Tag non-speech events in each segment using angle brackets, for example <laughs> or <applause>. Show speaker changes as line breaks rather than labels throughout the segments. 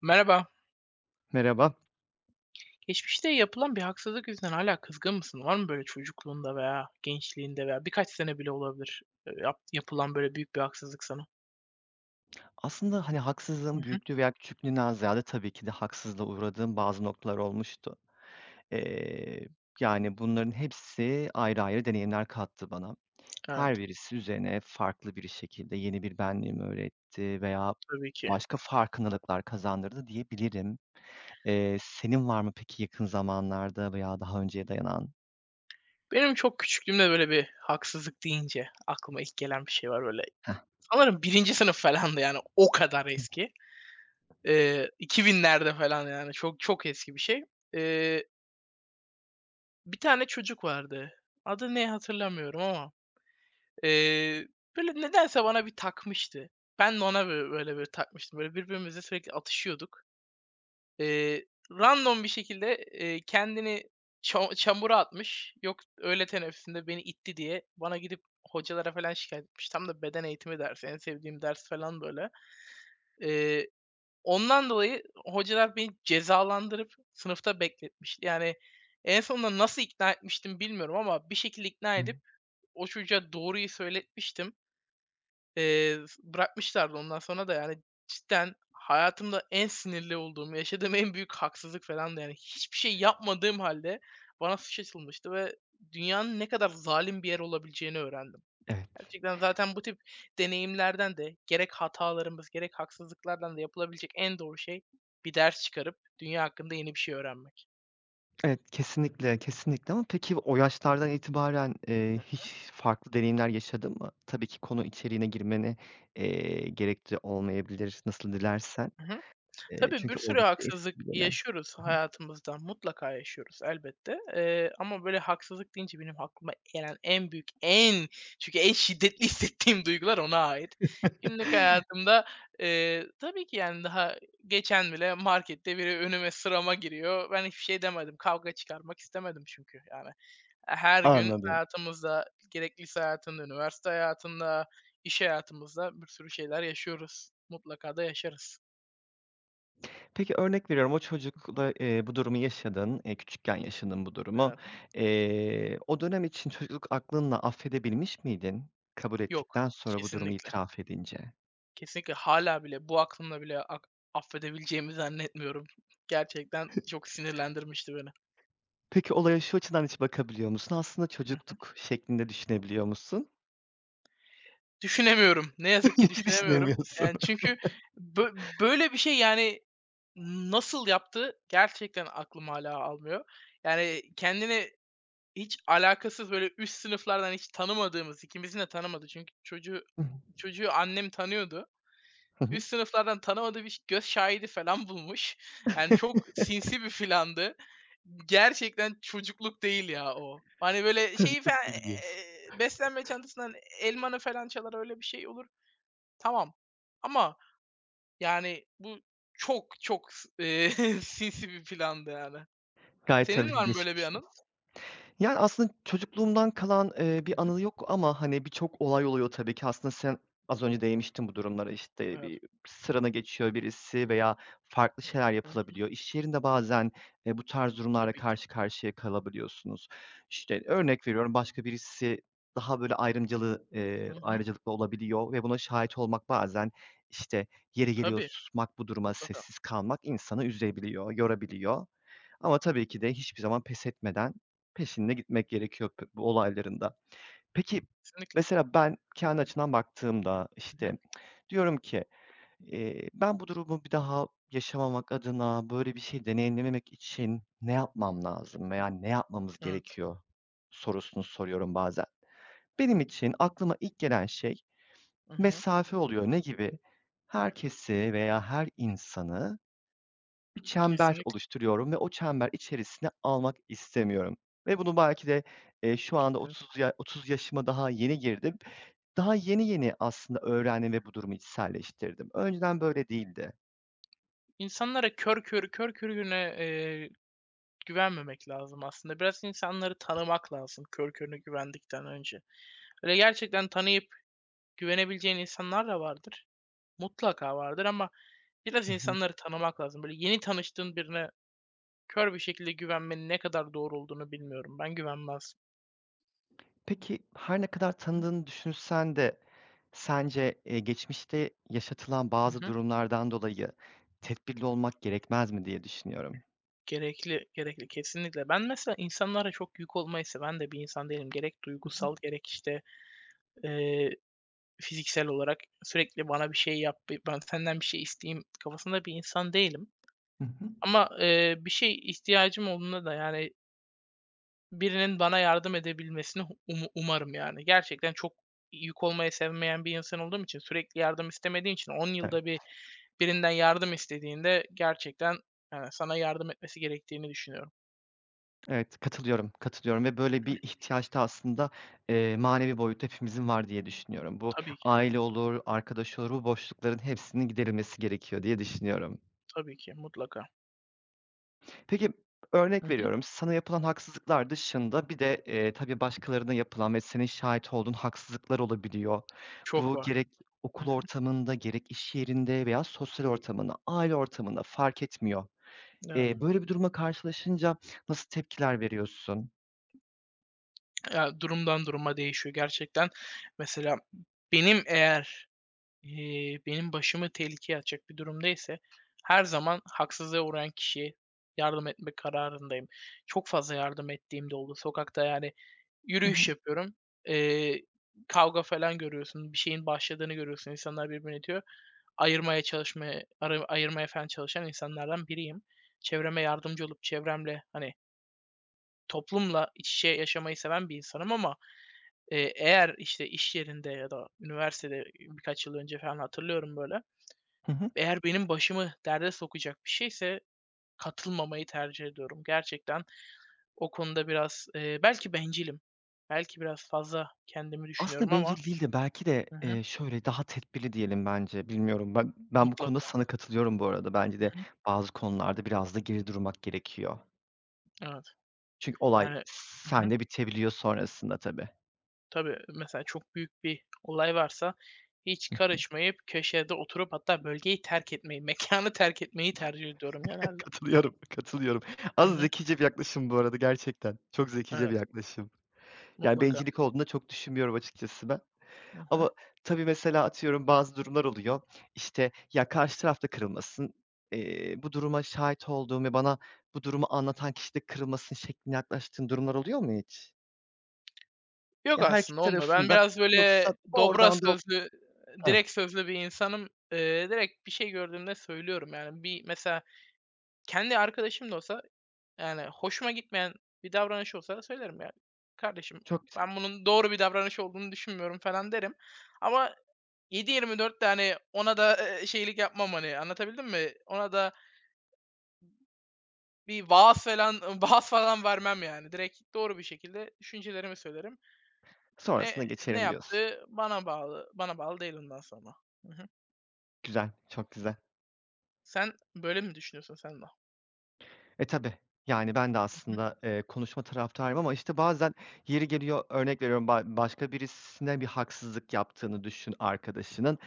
Merhaba.
Merhaba.
Geçmişte yapılan bir haksızlık yüzünden hala kızgın mısın? Var mı böyle çocukluğunda veya gençliğinde veya birkaç sene bile olabilir, yapılan böyle büyük bir haksızlık sana?
Aslında, hani,
Hı
haksızlığın
hı.
büyüklüğü veya küçüklüğünden ziyade tabii ki de haksızlığa uğradığım bazı noktalar olmuştu. Eee, yani, bunların hepsi ayrı ayrı deneyimler kattı bana.
Evet,
Her birisi üzerine farklı bir şekilde yeni bir benliğimi öğretti veya
tabii ki.
başka farkındalıklar kazandırdı diyebilirim. Senin var mı peki yakın zamanlarda veya daha önceye dayanan...
Benim çok küçüklüğümde böyle bir haksızlık deyince aklıma ilk gelen bir şey var böyle.
Heh.
Sanırım birinci sınıf falandı, yani o kadar eski. 2000'lerde falan, yani çok çok eski bir şey. Eee, bir tane çocuk vardı. Adı ne hatırlamıyorum ama Eee, böyle nedense bana bir takmıştı. Ben de ona böyle bir takmıştım. Böyle birbirimize sürekli atışıyorduk. Eee, random bir şekilde, kendini çamura atmış. Yok, öğle teneffüsünde beni itti diye bana gidip hocalara falan şikayet etmiş. Tam da beden eğitimi dersi, en sevdiğim ders falan böyle. Eee, ondan dolayı hocalar beni cezalandırıp sınıfta bekletmişti. Yani en sonunda nasıl ikna etmiştim bilmiyorum ama bir şekilde ikna
Hı.
edip o çocuğa doğruyu söyletmiştim. S bırakmışlardı ondan sonra da, yani cidden hayatımda en sinirli olduğum, yaşadığım en büyük haksızlık felandı yani. Hiçbir şey yapmadığım hâlde bana suç açılmıştı ve dünyanın ne kadar zalim bir yer olabileceğini öğrendim.
Evet.
Gerçekten zaten bu tip deneyimlerden de gerek hatalarımız gerek haksızlıklardan da yapılabilecek en doğru şey bir ders çıkarıp dünya hakkında yeni bir şey öğrenmek.
Evet, kesinlikle, kesinlikle ama peki o yaşlardan itibaren,
Hı
hiç farklı deneyimler yaşadın mı? Tabii ki konu içeriğine girmeni, gerekli olmayabilir, nasıl dilersen.
hı. Tabii, bir
Çünkü
sürü
oldukça eski
haksızlık
bir dönem.
yaşıyoruz hayatımızda, mutlaka yaşıyoruz elbette. Ama böyle haksızlık deyince benim aklıma gelen en büyük, en, çünkü en şiddetli <laughs> hissettiğim duygular ona ait. Günlük
<laughs>
hayatımda, tabii ki, yani, daha geçen bile markette biri önüme, sırama giriyor. Ben hiçbir şey demedim. Kavga çıkarmak istemedim çünkü, yani. Her gün
Anladım.
hayatımızda, gerek lise hayatında, üniversite hayatında, iş hayatımızda bir sürü şeyler yaşıyoruz. Mutlaka da yaşarız.
Peki, örnek veriyorum, o çocukla, bu durumu yaşadın, küçükken yaşadın bu durumu. O dönem için çocukluk aklınla affedebilmiş miydin kabul
Yok,
ettikten sonra bu durumu
kesinlikle.
itiraf edince?
Kesinlikle hala bile bu aklımla bile affedebileceğimi zannetmiyorum. Gerçekten çok sinirlendirmişti beni.
Peki, olaya şu açıdan hiç bakabiliyor musun? Aslında
Hı.
çocukluk şeklinde düşünebiliyor musun?
Düşünemiyorum. Ne
<laughs>
yazık ki
Hiç
düşünemiyorum.
düşünemiyorsun.
Yani,
<laughs>
çünkü böyle bir şey, yani, nasıl yaptı gerçekten aklım hala almıyor. Yani, kendini hiç alakasız, böyle, üst sınıflardan hiç tanımadığımız, ikimizin de tanımadığı, çünkü çocuğu
Hı hı.
çocuğu annem tanıyordu. Üst sınıflardan tanımadığı bir göz şahidi falan <laughs> bulmuş. Yani, çok sinsi bir filandı. Gerçekten çocukluk değil ya o. Hani, böyle, şeyi falan
Çocukluk değil diyorsun.
beslenme çantasından elmanı falan çalar, öyle bir şey olur, tamam. Ama, yani, bu çok çok s <laughs> sinsi bir plandı, yani.
Gayet
Senin
tabii ki
var mı böyle bir
geçmiş...
anın?
Yani, aslında çocukluğumdan kalan,
Hı
bir
hı.
anı yok ama, hani, birçok olay oluyor tabii ki. Aslında sen az önce değinmiştin bu durumlara. İşte
Evet.
bir sırana geçiyor birisi veya farklı şeyler
Hı hı.
yapılabiliyor. İş yerinde bazen, bu tarz durumlarla
Tabii ki.
karşı karşıya kalabiliyorsunuz. İşte, örnek veriyorum, başka birisi daha böyle ayrımcılığı
Hı hı.
ayrıcalıklı olabiliyor ve buna şahit olmak bazen, işte, yeri geliyor
Tabii,
susmak, bu duruma
mutlaka.
sessiz kalmak insanı üzebiliyor, yorabiliyor. Ama tabii ki de hiçbir zaman pes etmeden peşinde gitmek gerekiyor bu olayların da. Peki,
Kesinlikle.
mesela ben kendi açımdan baktığımda,
Hı hı.
işte, diyorum ki, ben bu durumu bir daha yaşamamak adına, böyle bir şey deneyimlememek için ne yapmam lazım veya ne yapmamız
Evet.
gerekiyor sorusunu soruyorum bazen. Benim için aklıma ilk gelen şey
Hı hı.
mesafe oluyor. Ne gibi? Herkesi veya her insanı bir çember
Kesinlikle.
oluşturuyorum ve o çember içerisine almak istemiyorum ve bunu belki de, şu anda 30 ya 30 yaşıma daha yeni girdim. Daha yeni yeni aslında öğrendim ve bu durumu içselleştirdim. Önceden böyle değildi.
İnsanlara kör körüne, güvenmemek lazım aslında. Biraz insanları tanımak lazım kör körüne güvendikten önce. Böyle gerçekten tanıyıp güvenebileceğin insanlar da vardır. Mutlaka vardır ama biraz
Hı hı.
insanları tanımak lazım. Böyle yeni tanıştığın birine kör bir şekilde güvenmenin ne kadar doğru olduğunu bilmiyorum. Ben güvenmez.
Peki, her ne kadar tanıdığını düşünsen de sence, geçmişte yaşatılan
Hı
bazı
hı.
durumlardan dolayı tedbirli olmak gerekmez mi diye düşünüyorum.
Gerekli, gerekli, kesinlikle. Ben mesela insanlara çok yük olmayı seven de bir insan değilim. Gerek
Hı hı.
duygusal gerek, işte, eee fiziksel olarak sürekli bana bir şey yap, ben senden bir şey isteyeyim kafasında bir insan değilim.
Hı hı.
Ama, bir şey ihtiyacım olduğunda da, yani, birinin bana yardım edebilmesini umarım, yani. Gerçekten çok yük olmayı sevmeyen bir insan olduğum için, sürekli yardım istemediğim için 10 yılda bir birinden yardım istediğinde gerçekten, yani, sana yardım etmesi gerektiğini düşünüyorum.
Evet, katılıyorum, katılıyorum ve böyle bir ihtiyaç da aslında, manevi boyutta hepimizin var diye düşünüyorum. Bu
Tabii ki,
aile olur, arkadaş olur, bu boşlukların hepsinin giderilmesi gerekiyor diye düşünüyorum.
tabii ki, mutlaka.
Peki,
Hı
örnek
hı.
veriyorum, sana yapılan haksızlıklar dışında bir de, tabii başkalarına yapılan ve senin şahit olduğun haksızlıklar olabiliyor.
Çok
Bu
var.
gerek
Hı
okul
hı.
ortamında, gerek iş yerinde veya sosyal ortamında, aile ortamında fark etmiyor.
Evet.
Böyle bir duruma karşılaşınca nasıl tepkiler veriyorsun?
Ya, durumdan duruma değişiyor gerçekten. Mesela benim eğer benim başımı tehlikeye atacak bir durumda ise her zaman haksızlığa uğrayan kişiye yardım etme kararındayım. Çok fazla yardım ettiğim de oldu. Sokakta, yani
Hı hı.
yürüyüş yapıyorum. Eee, kavga falan görüyorsun. Bir şeyin başladığını görüyorsun. İnsanlar birbirini diyor. Ayırmaya çalışmaya, ayırmaya falan çalışan insanlardan biriyim. Çevreme yardımcı olup çevremle, hani, toplumla iç içe yaşamayı seven bir insanım ama eğer işte iş yerinde ya da üniversitede birkaç yıl önce falan hatırlıyorum, böyle,
Hı hı.
eğer benim başımı derde sokacak bir şeyse katılmamayı tercih ediyorum. Gerçekten o konuda biraz, belki bencilim, belki biraz fazla kendimi
Aslında
düşünüyorum ama
bencil değil de belki de,
Hı hı.
şöyle, daha tedbirli diyelim bence, bilmiyorum. Ben bu konuda
Mutlaka.
sana katılıyorum bu arada. Bence de bazı konularda biraz da geri durmak gerekiyor.
Evet.
Çünkü olay
Yani. Hı hı.
sende bitebiliyor sonrasında tabii.
Tabii, mesela çok büyük bir olay varsa hiç
Hıh.
karışmayıp köşede oturup hatta bölgeyi terk etmeyi, <laughs> mekânı terk etmeyi tercih ediyorum
<laughs>
genelde.
Katılıyorum, katılıyorum.
Hı
Az
hı.
zekice bir yaklaşım bu arada gerçekten. Çok zekice bir
Evet,
yaklaşım. Yani
mutlaka.
bencillik olduğunu da çok düşünmüyorum açıkçası ben.
Hı hı.
Ama tabii mesela atıyorum bazı durumlar oluyor. İşte, ya, karşı tarafta kırılmasın, bu duruma şahit olduğum ve bana bu durumu anlatan kişi de kırılmasın şeklinde yaklaştığın durumlar oluyor mu hiç?
Yok,
Ya, her iki
aslında olmuyor.
tarafın
Ben
da
biraz
yoksa
böyle dobra
doğrudan
sözlü,
Hah,
direkt sözlü bir insanım. Direkt bir şey gördüğümde söylüyorum. Yani bir mesela kendi arkadaşım da olsa, yani hoşuma gitmeyen bir davranış olsa söylerim yani. "Kardeşim,
çok güzel.
ben bunun doğru bir davranış olduğunu düşünmüyorum." falan derim. Ama 7/24 de, hani ona da, şeylik yapmam, hani anlatabildim mi? Ona da bir vaaz falan <laughs> vaaz falan vermem yani. Direkt doğru bir şekilde düşüncelerimi söylerim.
Sonrasına
Ne
geçerim diyorsun.
yaptığı bana bağlı değil ondan sonra. Hı hı.
Güzel, çok güzel.
Sen böyle mi düşünüyorsun sen de?
Tabii. Yani ben de
Hı hı.
aslında, konuşma taraftarıyım ama, işte, bazen yeri geliyor, örnek veriyorum, başka birisine bir haksızlık yaptığını düşün arkadaşının.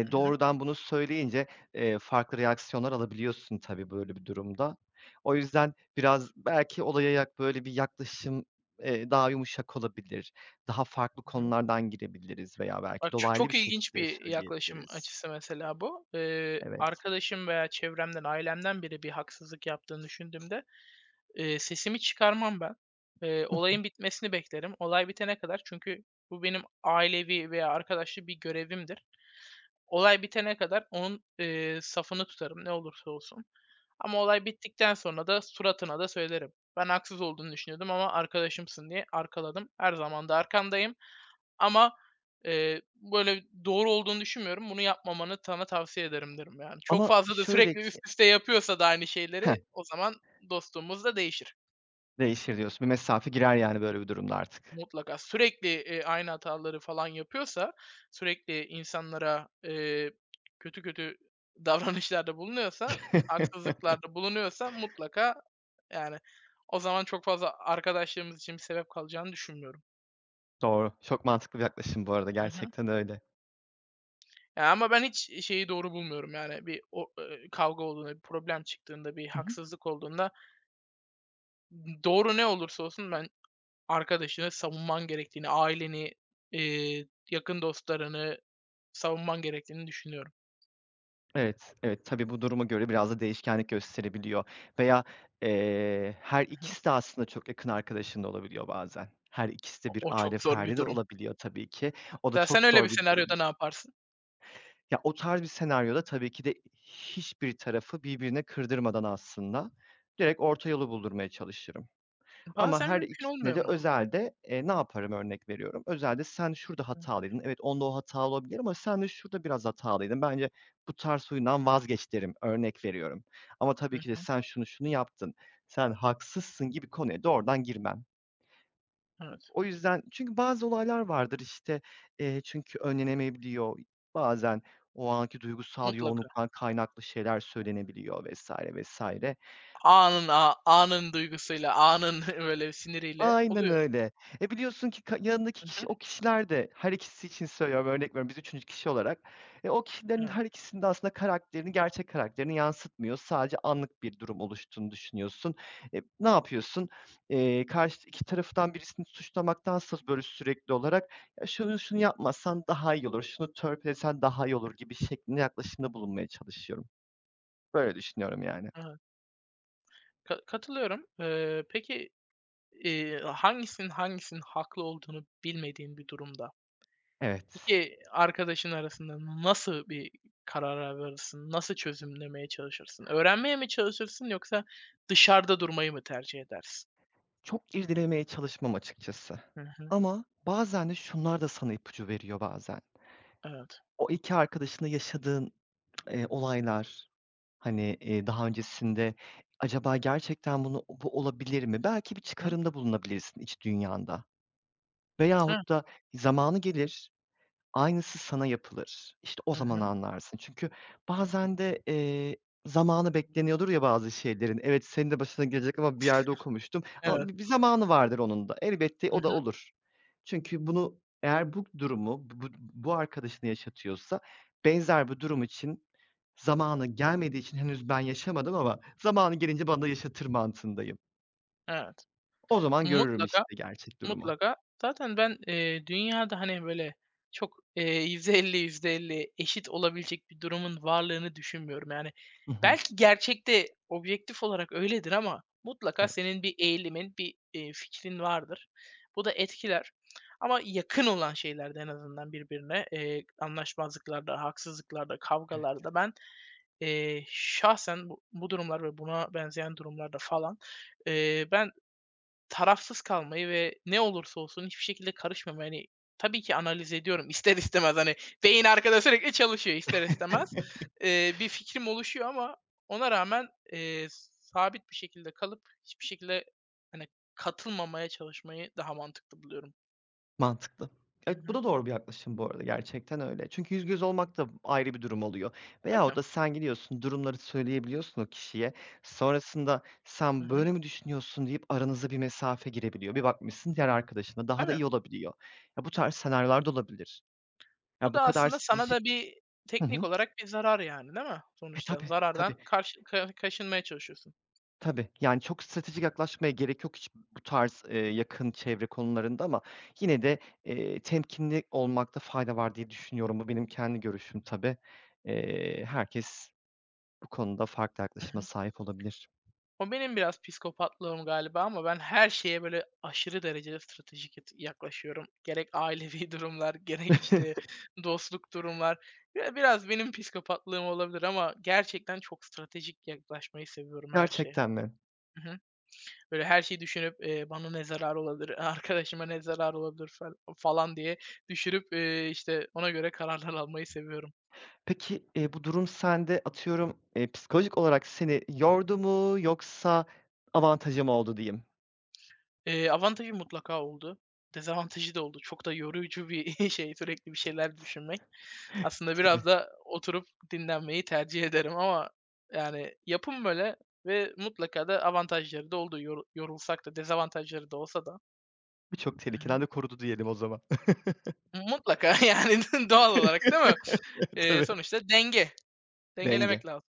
Hı hı.
Doğrudan bunu söyleyince, farklı reaksiyonlar alabiliyorsun tabii böyle bir durumda. O yüzden biraz belki olaya böyle bir yaklaşım, daha yumuşak olabilir. Daha farklı
Hı hı.
konulardan girebiliriz veya belki
Bak, ço
dolaylı bir
çok ilginç
şekilde
bir yaklaşım
söyleyebiliriz.
açısı mesela bu.
Evet.
Arkadaşım veya çevremden, ailemden biri bir haksızlık yaptığını düşündüğümde, sesimi çıkarmam ben. Olayın bitmesini beklerim. Olay bitene kadar, çünkü bu benim ailevi veya arkadaşlı bir görevimdir. Olay bitene kadar onun, safını tutarım ne olursa olsun. Ama olay bittikten sonra da suratına da söylerim. Ben haksız olduğunu düşünüyordum ama arkadaşımsın diye arkaladım. Her zaman da arkandayım. Ama, böyle doğru olduğunu düşünmüyorum. Bunu yapmamanı sana tavsiye ederim derim yani. Çok
Ama
fazla da
şöyle
sürekli üst
ki...
üste yapıyorsa da aynı
Heh,
şeyleri o zaman dostluğumuz da değişir.
değişir diyorsun. Bir mesafe girer yani böyle bir durumda artık.
Mutlaka. Sürekli, aynı hataları falan yapıyorsa, sürekli insanlara, kötü kötü <laughs> davranışlarda bulunuyorsa,
<laughs>
haksızlıklarda bulunuyorsa mutlaka, yani o zaman çok fazla arkadaşlarımız için bir sebep kalacağını düşünmüyorum.
Doğru. Çok mantıklı bir yaklaşım bu arada,
Hı hı.
gerçekten öyle.
Ya, ama ben hiç, şeyi doğru bulmuyorum, yani bir o, kavga olduğunda, bir problem çıktığında, bir
Hı hı.
haksızlık olduğunda doğru ne olursa olsun ben arkadaşını savunman gerektiğini, aileni, yakın dostlarını savunman gerektiğini düşünüyorum.
Evet, evet. Tabii bu duruma göre biraz da değişkenlik gösterebiliyor veya, her
Hı hı.
ikisi de aslında çok yakın arkadaşın da olabiliyor bazen. Her ikisi de
O
bir
o
aile
çok zor bir
ferdi de
durum.
olabiliyor tabii ki. O da
Ya,
çok
sen öyle bir
zor bir durum.
senaryoda ne yaparsın?
Ya, o tarz bir senaryoda tabii ki de hiçbir tarafı birbirine kırdırmadan aslında direkt orta yolu buldurmaya çalışırım. Ama
Bazen
her
mümkün
ikisine
olmuyor
de
mu?
özelde, ne yaparım örnek veriyorum. Özelde sen şurada
Hı hı.
hatalıydın. Evet, onda o hatalı olabilir ama sen de şurada biraz hatalıydın. Bence bu tarz huyundan vazgeç derim, örnek veriyorum. Ama
Hı
tabii ki de
hı.
sen şunu şunu yaptın, sen haksızsın gibi konuya doğrudan girmem.
Evet,
O yüzden çünkü bazı olaylar vardır işte, çünkü önlenemeyebiliyor. Bazen o anki duygusal
mutlaka.
yoğunluktan kaynaklı şeyler söylenebiliyor vs. vs.
Anın duygusuyla, anın <laughs> böyle siniriyle
Aynen
oluyor.
öyle. Biliyorsun ki yanındaki
Hı
kişi
hı.
o kişiler de her ikisi için söylüyorum, örnek veriyorum biz üçüncü kişi olarak. O kişilerin
Evet,
her ikisinin de aslında karakterini, gerçek karakterini yansıtmıyor. Sadece anlık bir durum oluştuğunu düşünüyorsun. Ne yapıyorsun? Karşı iki taraftan birisini suçlamaktansa böyle sürekli olarak, "Ya, şunu şunu yapmazsan daha iyi olur, şunu törpülesen daha iyi olur." gibi şeklinde yaklaşımda bulunmaya çalışıyorum. Böyle düşünüyorum yani.
evet. Katılıyorum. Peki, hangisinin haklı olduğunu bilmediğin bir durumda
Evet.
2 arkadaşın arasında nasıl bir karara varırsın? Nasıl çözümlemeye çalışırsın? Öğrenmeye mi çalışırsın yoksa dışarıda durmayı mı tercih edersin?
Çok irdelemeye çalışmam açıkçası.
Hı hı.
Ama bazen de şunlar da sana ipucu veriyor bazen.
Evet.
O 2 arkadaşınla yaşadığın, olaylar, hani, daha öncesinde acaba gerçekten bu olabilir mi? Belki bir
Hı.
çıkarımda bulunabilirsin iç dünyanda
Evet.
veyahut da zamanı gelir... Aynısı sana yapılır. İşte, o
Hı
zaman
hı.
anlarsın. Çünkü bazen de, zamanı bekleniyordur ya bazı şeylerin. Evet, senin de başına gelecek ama bir yerde okumuştum
Evet.
ama bir zamanı vardır onun da. Elbette
Hı
o da
hı.
olur. Çünkü bunu eğer bu durumu bu arkadaşına yaşatıyorsa benzer bir durum için zamanı gelmediği için henüz ben yaşamadım ama zamanı gelince bana da yaşatır mantığındayım.
Evet.
O zaman görürüm,
Mutlaka,
işte, gerçek durumu.
mutlaka. Zaten ben, dünyada, hani, böyle çok, %50 %50 eşit olabilecek bir durumun varlığını düşünmüyorum. Yani,
Hı hı.
belki gerçekte objektif olarak öyledir ama mutlaka
Evet.
senin bir eğilimin, bir, fikrin vardır. Bu da etkiler ama yakın olan şeylerde en azından birbirine, anlaşmazlıklarda, haksızlıklarda, kavgalarda ben, şahsen bu durumlar ve buna benzeyen durumlarda falan, ben tarafsız kalmayı ve ne olursa olsun hiçbir şekilde karışmamayı, hani, tabii ki analiz ediyorum <laughs> ister istemez, hani, beyin arkada sürekli çalışıyor ister istemez. Bir fikrim oluşuyor ama ona rağmen, sabit bir şekilde kalıp hiçbir şekilde, hani, katılmamaya çalışmayı daha mantıklı buluyorum.
Mantıklı.
Hı
Evet, bu
hı.
da doğru bir yaklaşım bu arada, gerçekten öyle. Çünkü yüz göz olmak da ayrı bir durum oluyor veyahut
Tabii.
da sen gidiyorsun, durumları söyleyebiliyorsun o kişiye. Sonrasında
Hı
sen
hı.
böyle mi düşünüyorsun deyip aranıza bir mesafe girebiliyor. Bir bakmışsın diğer arkadaşına daha da
Tabii.
iyi olabiliyor. Ya, bu tarz senaryolar da olabilir. Ya,
Bu
bu
da
kadar
aslında sana
stratejik...
da bir
Hı
teknik
hı.
olarak bir zarar, yani, değil mi sonuçta?
Tabii, tabii.
Zarardan karşı kaşınmaya çalışıyorsun.
Tabii, yani, çok stratejik yaklaşmaya gerek yok hiç bu tarz, yakın çevre konularında ama yine de, temkinli olmakta fayda var diye düşünüyorum. Bu benim kendi görüşüm tabii. Herkes bu konuda farklı yaklaşıma
<laughs>
sahip olabilir.
O benim biraz psikopatlığım galiba ama ben her şeye böyle aşırı derecede stratejik yaklaşıyorum. Gerek ailevi <laughs> durumlar, gerek işte
<laughs>
dostluk durumlar. Ya, biraz benim psikopatlığım olabilir ama gerçekten çok stratejik yaklaşmayı seviyorum her şeye.
Gerçekten mi?
Mhm. Böyle her şeyi düşünüp bana ne zarar olabilir, <laughs> arkadaşıma ne zarar olabilir falan diye düşünüp işte ona göre kararlar almayı seviyorum.
Peki, bu durum sende atıyorum, psikolojik olarak seni yordu mu yoksa avantajı mı oldu diyeyim?
Avantajı mutlaka oldu. Dezavantajı da oldu. Çok da yorucu bir <laughs> şey, sürekli bir şeyler düşünmek.
<laughs>
Aslında
Tabii,
biraz da oturup dinlenmeyi tercih ederim ama yani yapım böyle ve mutlaka da avantajları da oldu. Yorulsak da dezavantajları da olsa da.
birçok
Hı hı.
tehlikeden de korudu diyelim o zaman. <laughs>
Mutlaka <laughs> yani doğal olarak değil mi?
Tabii,
Sonuçta denge.
denge.
Dengelemek lazım.